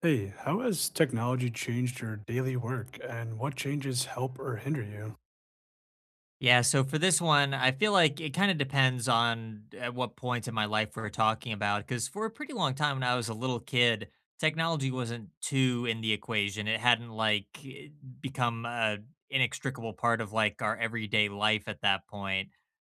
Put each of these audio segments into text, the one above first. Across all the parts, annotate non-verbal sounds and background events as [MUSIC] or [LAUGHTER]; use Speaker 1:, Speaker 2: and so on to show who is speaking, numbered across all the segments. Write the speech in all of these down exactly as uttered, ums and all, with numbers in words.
Speaker 1: Hey, how has technology changed your daily work and what changes help or hinder you?
Speaker 2: Yeah, so for this one, I feel like it kind of depends on at what point in my life we're talking about. Because for a pretty long time when I was a little kid, technology wasn't too in the equation. It hadn't like eh, become an inextricable part of like our everyday life at that point.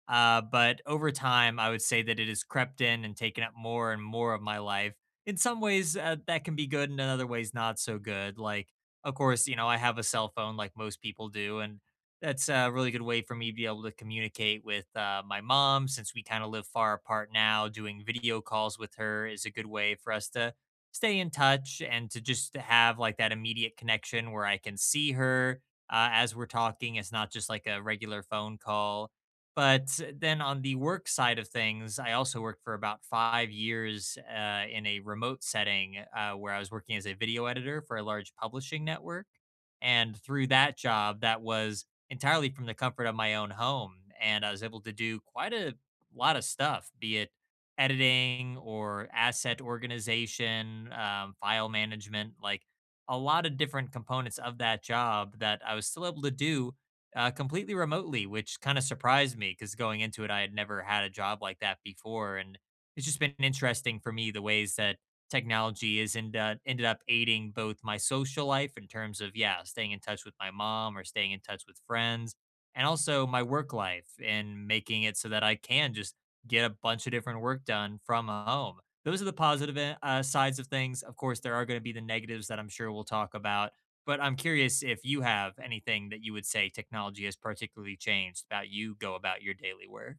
Speaker 2: Uh, but over time, I would say that it has crept in and taken up more and more of my life. In some ways, uh, that can be good, and in other ways, not so good. Like, of course, you know, I have a cell phone like most people do, and that's a really good way for me to be able to communicate with uh, my mom since we kind of live far apart now. Doing video calls with her is a good way for us to stay in touch and to just have like that immediate connection where I can see her uh, as we're talking. It's not just like a regular phone call. But then on the work side of things, I also worked for about five years uh, in a remote setting uh, where I was working as a video editor for a large publishing network. And through that job, that was entirely from the comfort of my own home, and I was able to do quite a lot of stuff, be it editing or asset organization, um, file management, like a lot of different components of that job that I was still able to do uh, completely remotely, which kind of surprised me because going into it, I had never had a job like that before, and it's just been interesting for me the ways that technology is end uh, ended up aiding both my social life in terms of yeah staying in touch with my mom or staying in touch with friends, and also my work life and making it so that I can just get a bunch of different work done from home. Those are the positive e- uh, sides of things. Of course, there are going to be the negatives that I'm sure we'll talk about, but I'm curious if you have anything that you would say technology has particularly changed about you go about your daily work.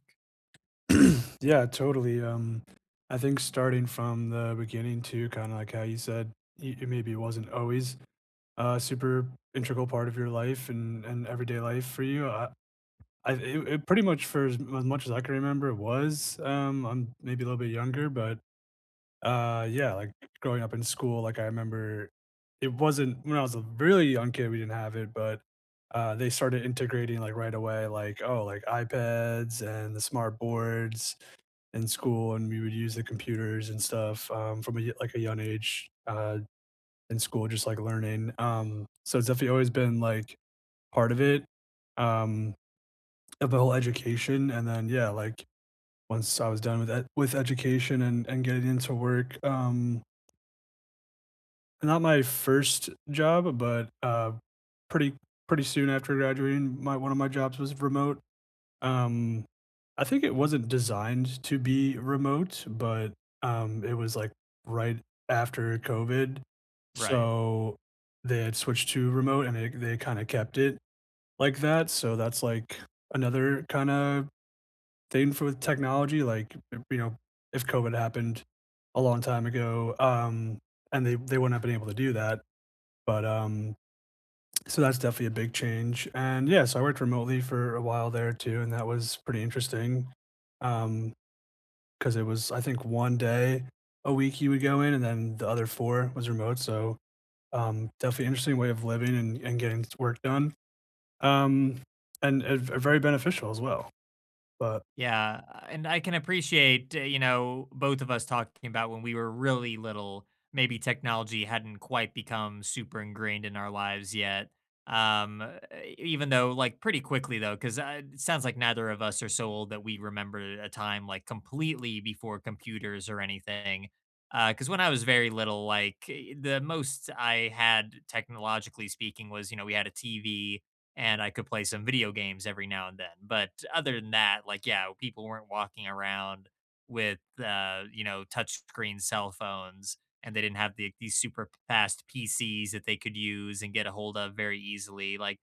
Speaker 1: [CLEARS THROAT] Yeah, totally. Um, I think starting from the beginning to kind of like how you said, y- it maybe wasn't always a super integral part of your life and, and everyday life for you. I, I, it, it pretty much for as, as much as I can remember, it was. Um, I'm maybe a little bit younger, but Uh, yeah, like, growing up in school, like, I remember it wasn't when I was a really young kid, we didn't have it, but, uh, they started integrating, like, right away, like, oh, like, iPads and the smart boards in school, and we would use the computers and stuff, um, from a y like, a young age, uh, in school, just, like, learning, um, so it's definitely always been, like, part of it, um, of the whole education, and then, yeah, like, once I was done with ed with education and and getting into work, um, not my first job, but, uh, pretty pretty soon after graduating, my one of my jobs was remote. Um, I think it wasn't designed to be remote, but, um, it was, like, right after COVID,
Speaker 2: Right.
Speaker 1: so they had switched to remote, and they they kinda kept it like that, so that's, like, another kinda thing for with technology, like, you know, if COVID happened a long time ago, um, and they they wouldn't have been able to do that. But, um, so that's definitely a big change, and yeah, so I worked remotely for a while there too, and that was pretty interesting, um, because it was, I think, one day a week you would go in, and then the other four was remote, so, um, definitely interesting way of living and and getting work done, um, and and v very beneficial as well. But,
Speaker 2: Yeah, and I can appreciate, uh, you know, both of us talking about when we were really little, maybe technology hadn't quite become super ingrained in our lives yet. Um, uh, Even though, like, pretty quickly though, because uh, it sounds like neither of us are so old that we remember a time like completely before computers or anything. Because when I was very little, like, eh, the most I had technologically speaking was, you know, we had a T V and I could play some video games every now and then. But other than that, like, yeah, people weren't walking around with, uh, you know, touchscreen cell phones and they didn't have the, these super fast P Cs that they could use and get a hold of very easily. Like,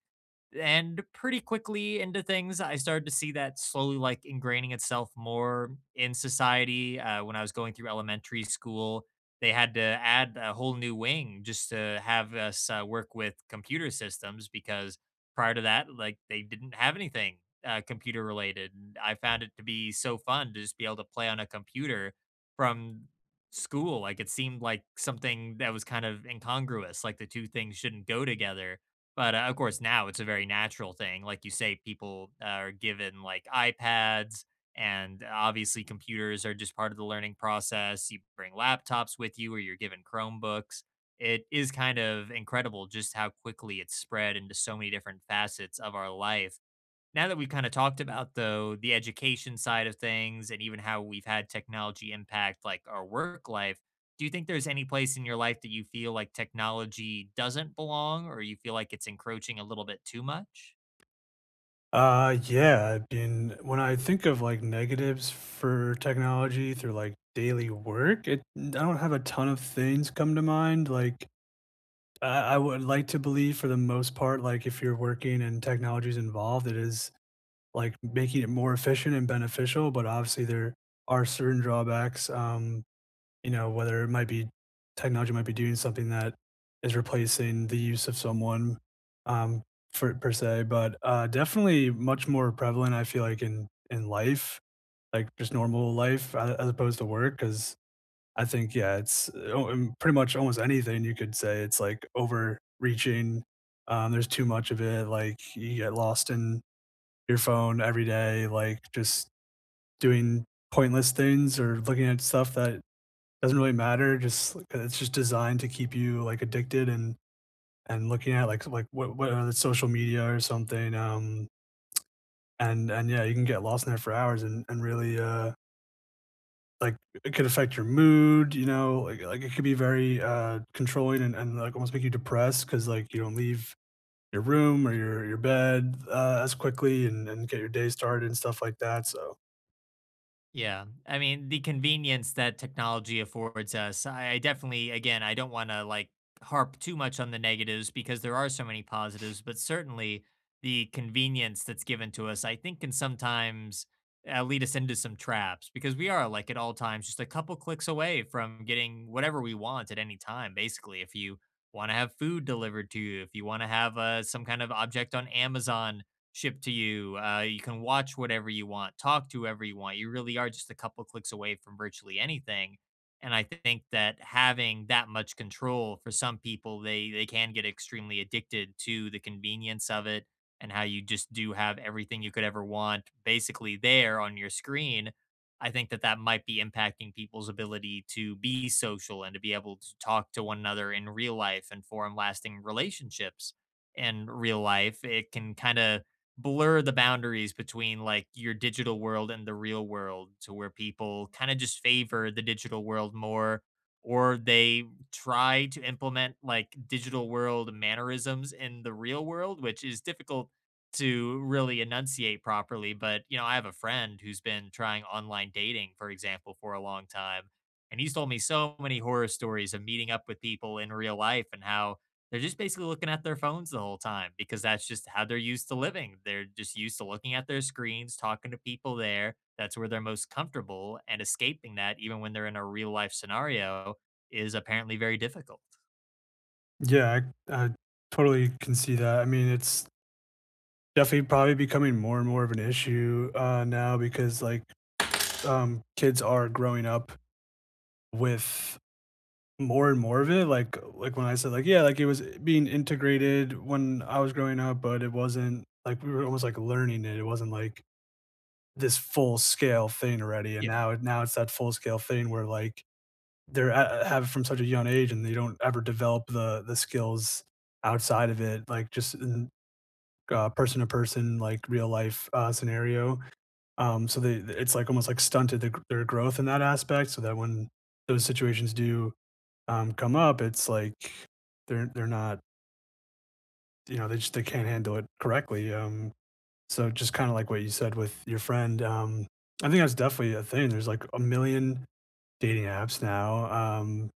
Speaker 2: and pretty quickly into things, I started to see that slowly like ingraining itself more in society. Uh, when I was going through elementary school, they had to add a whole new wing just to have us uh, work with computer systems because prior to that, like they didn't have anything uh, computer related. And I found it to be so fun to just be able to play on a computer from school. Like it seemed like something that was kind of incongruous, like the two things shouldn't go together, but, uh, of course, now it's a very natural thing. Like you say, people uh, are given, like, iPads, and uh, obviously computers are just part of the learning process. You bring laptops with you or you're given Chromebooks. It is kind of incredible just how quickly it's spread into so many different facets of our life. Now that we've kind of talked about though the education side of things and even how we've had technology impact like our work life, do you think there's any place in your life that you feel like technology doesn't belong or you feel like it's encroaching a little bit too much?
Speaker 1: uh, yeah, I mean, when I think of, like, negatives for technology through, like, daily work, it I don't have a ton of things come to mind, like, I, I would like to believe for the most part, like if you're working and technology is involved, it is like making it more efficient and beneficial. But obviously, there are certain drawbacks. Um, you know, whether it might be technology might be doing something that is replacing the use of someone um, for per se, but uh, definitely much more prevalent. I feel like in in life, like just normal life, a- as opposed to work, because I think, yeah, it's o um, pretty much almost anything you could say it's, like, overreaching, um, there's too much of it, like, you get lost in your phone every day, like, just doing pointless things or looking at stuff that doesn't really matter, just like, 'cause it's just designed to keep you, like, addicted and and looking at, like like, what what are the social media or something, um, and and, yeah, you can get lost in there for hours and and really, uh like, it could affect your mood, you know, like like, it could be very, uh, controlling and and, like, almost make you depressed because like, you don't leave your room or your your bed, uh, as quickly and and get your day started and stuff like that, so
Speaker 2: Yeah. I mean, the convenience that technology affords us, I I definitely, again, I don't want to like harp too much on the negatives because there are so many positives, but certainly the convenience that's given to us, I think, can sometimes uh, lead us into some traps because we are like at all times just a couple clicks away from getting whatever we want at any time, basically. If you want to have food delivered to you, if you want to have uh, some kind of object on Amazon shipped to you. Uh, you can watch whatever you want, talk to whoever you want. You really are just a couple clicks away from virtually anything. And I think that having that much control for some people, they they can get extremely addicted to the convenience of it and how you just do have everything you could ever want basically there on your screen. I think that that might be impacting people's ability to be social and to be able to talk to one another in real life and form lasting relationships in real life. It can kind of blur the boundaries between like your digital world and the real world to where people kind of just favor the digital world more, or they try to implement like digital world mannerisms in the real world, which is difficult to really enunciate properly. But you know I have a friend who's been trying online dating, for example, for a long time, and he's told me so many horror stories of meeting up with people in real life and how they're just basically looking at their phones the whole time because that's just how they're used to living. They're just used to looking at their screens, talking to people there. That's where they're most comfortable, and escaping that, even when they're in a real life scenario, is apparently very difficult.
Speaker 1: yeah, I I totally can see that, I mean, it's definitely probably becoming more and more of an issue, uh, now because, like, um, kids are growing up with more and more of it, like like, when I said, like, yeah, like, it was being integrated when I was growing up, but it wasn't like, we were almost, like, learning it. It wasn't, like, this full-scale thing already, and
Speaker 2: Yeah.
Speaker 1: now it now it's that full-scale thing where, like, they're ha have it from such a young age, and they don't ever develop the the skills outside of it, like, just in, uh, person-to-person, like, real-life, uh, scenario. Um, so they it's, like, almost, like, stunted their their growth in that aspect so that when those situations do um, come up, it's like they're they're not, you know, they just they can't handle it correctly. Um, so just kind of like what you said with your friend, um, I think that's definitely a thing. There's like a million dating apps now. Um,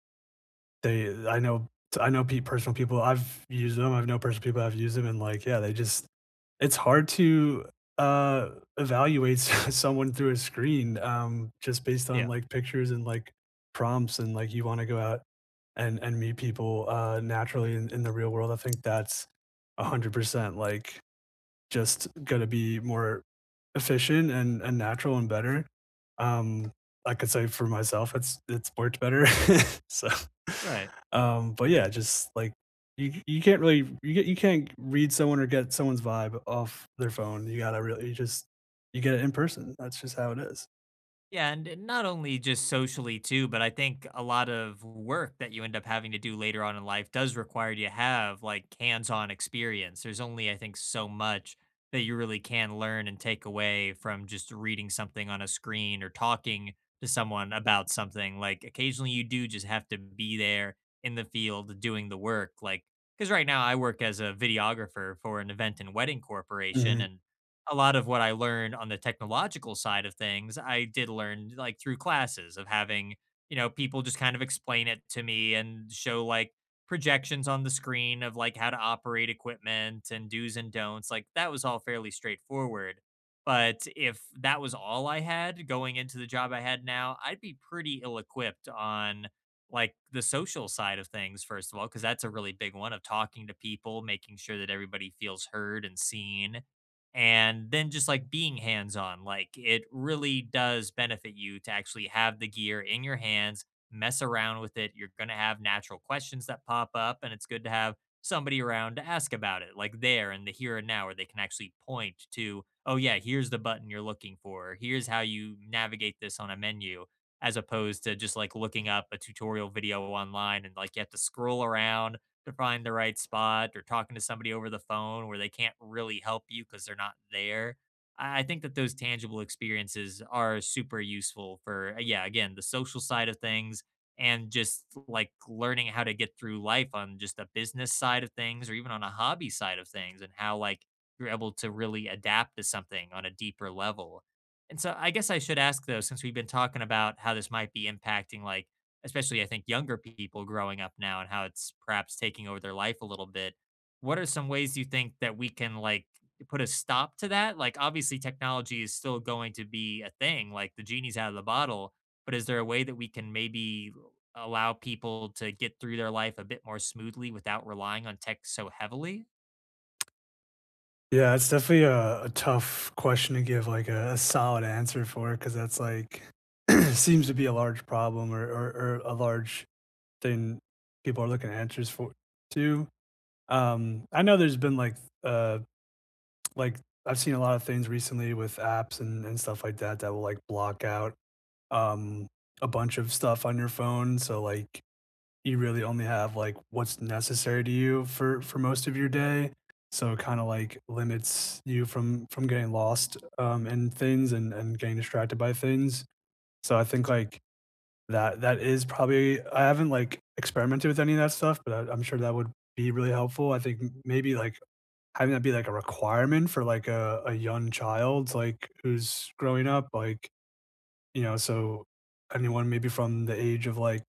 Speaker 1: they I know I know pe personal people I've used them, I've known personal people I've used them, and, like, yeah, they just it's hard to, uh, evaluate [LAUGHS] someone through a screen, um, just based on,
Speaker 2: Yeah.
Speaker 1: like, pictures and, like, prompts and, like, you wanna go out and and meet people, uh, naturally in in the real world. I think that's one hundred percent, like, just gonna be more efficient and, and natural and better. Um, I could say for myself, it's it's worked better. [LAUGHS] So,
Speaker 2: Right.
Speaker 1: um, but yeah, just like you, you can't really you get, you can't read someone or get someone's vibe off their phone. You gotta really you just you get it in person. That's just how it is.
Speaker 2: Yeah, and not only just socially too, but I think a lot of work that you end up having to do later on in life does require you to have like hands-on experience. There's only, I think, so much that you really can learn and take away from just reading something on a screen or talking to someone about something. Like occasionally you do just have to be there in the field doing the work. Like, because right now I work as a videographer for an event and wedding corporation,
Speaker 1: Mhm.
Speaker 2: and a lot of what I learned on the technological side of things, I did learn like through classes of having, you know, people just kind of explain it to me and show like projections on the screen of like how to operate equipment and do's and don'ts. Like that was all fairly straightforward. But if that was all I had going into the job I had now, I'd be pretty ill equipped on like the social side of things, first of all, because that's a really big one of talking to people, making sure that everybody feels heard and seen, and then just like being hands on. Like it really does benefit you to actually have the gear in your hands, mess around with it. You're going to have natural questions that pop up and it's good to have somebody around to ask about it, like there in the here and now, where they can actually point to, oh yeah, here's the button you're looking for, here's how you navigate this on a menu, as opposed to just like looking up a tutorial video online and like you have to scroll around to find the right spot, or talking to somebody over the phone where they can't really help you because they're not there. I I think that those tangible experiences are super useful for, uh, yeah, again, the social side of things and just like learning how to get through life on just a business side of things or even on a hobby side of things, and how like you're able to really adapt to something on a deeper level. And so I guess I should ask though, since we've been talking about how this might be impacting like especially I think younger people growing up now and how it's perhaps taking over their life a little bit. What are some ways you think that we can like put a stop to that? Like obviously technology is still going to be a thing, like the genie's out of the bottle, but is there a way that we can maybe allow people to get through their life a bit more smoothly without relying on tech so heavily?
Speaker 1: Yeah, it's definitely a, a tough question to give like a, a solid answer for because that's like [CLEARS THROAT] seems to be a large problem or, or, or a large thing people are looking at answers for too. Um, I know there's been like uh like I've seen a lot of things recently with apps and, and stuff like that that will like block out um a bunch of stuff on your phone. So like you really only have like what's necessary to you for for most of your day. So it kind of like limits you from from getting lost um in things, and, and getting distracted by things. So I think like that that is probably I haven't, like, experimented with any of that stuff, but I I'm sure that would be really helpful. I think m maybe, like, having that be, like, a requirement for, like, a a young child, like, who's growing up, like, you know, so anyone maybe from the age of, like,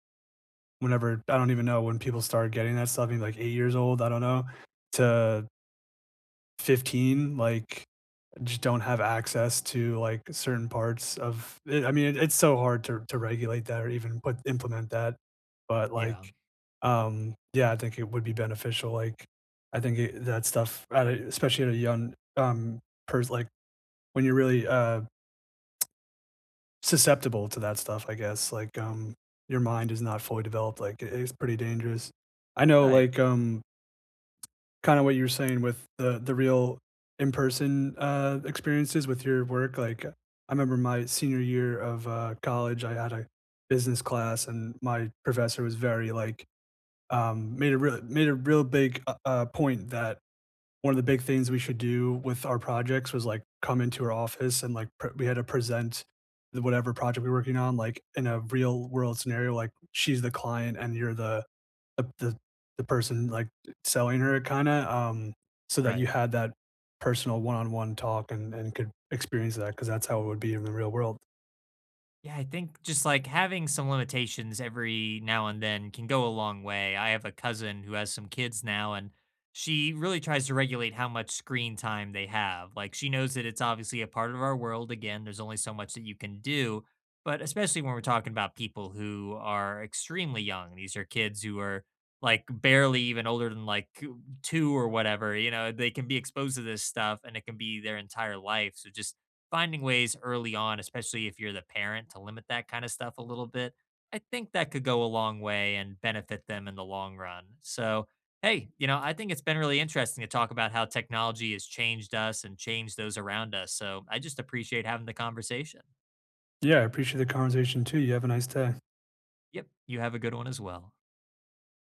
Speaker 1: whenever I don't even know when people start getting that stuff, maybe, like, eight years old, I don't know, to fifteen, like, just don't have access to like certain parts of it. I mean, it, it's so hard to to regulate that or even put implement that. But like,
Speaker 2: Yeah.
Speaker 1: um, yeah, I think it would be beneficial. Like, I think it, that stuff, at a, especially at a young um person, like when you're really uh susceptible to that stuff, I guess. Like, um, your mind is not fully developed. Like, it, it's pretty dangerous. I know,
Speaker 2: Right.
Speaker 1: like, um, kinda what you were saying with the the real in-person, uh, experiences with your work, like, I remember my senior year of, uh, college, I had a business class, and my professor was very, like, um, made a real made a real big, uh uh, point that one of the big things we should do with our projects was, like, come into her office and, like, pre we had to present the whatever project we we're working on, like, in a real world scenario, like, she's the client and you're the the the the person, like, selling her it kinda, um, so that you
Speaker 2: Right.
Speaker 1: had that personal one-on-one talk and and could experience that because that's how it would be in the real world.
Speaker 2: Yeah, I think just like having some limitations every now and then can go a long way. I have a cousin who has some kids now, and she really tries to regulate how much screen time they have. Like, she knows that it's obviously a part of our world. Again, there's only so much that you can do, but especially when we're talking about people who are extremely young, these are kids who are like barely even older than like two or whatever, you know, they can be exposed to this stuff and it can be their entire life. So just finding ways early on, especially if you're the parent, to limit that kind of stuff a little bit, I think that could go a long way and benefit them in the long run. So, hey, you know, I think it's been really interesting to talk about how technology has changed us and changed those around us. So, I just appreciate having the conversation.
Speaker 1: Yeah, I appreciate the conversation too, you have a nice day.
Speaker 2: Yep. You have a good one as well.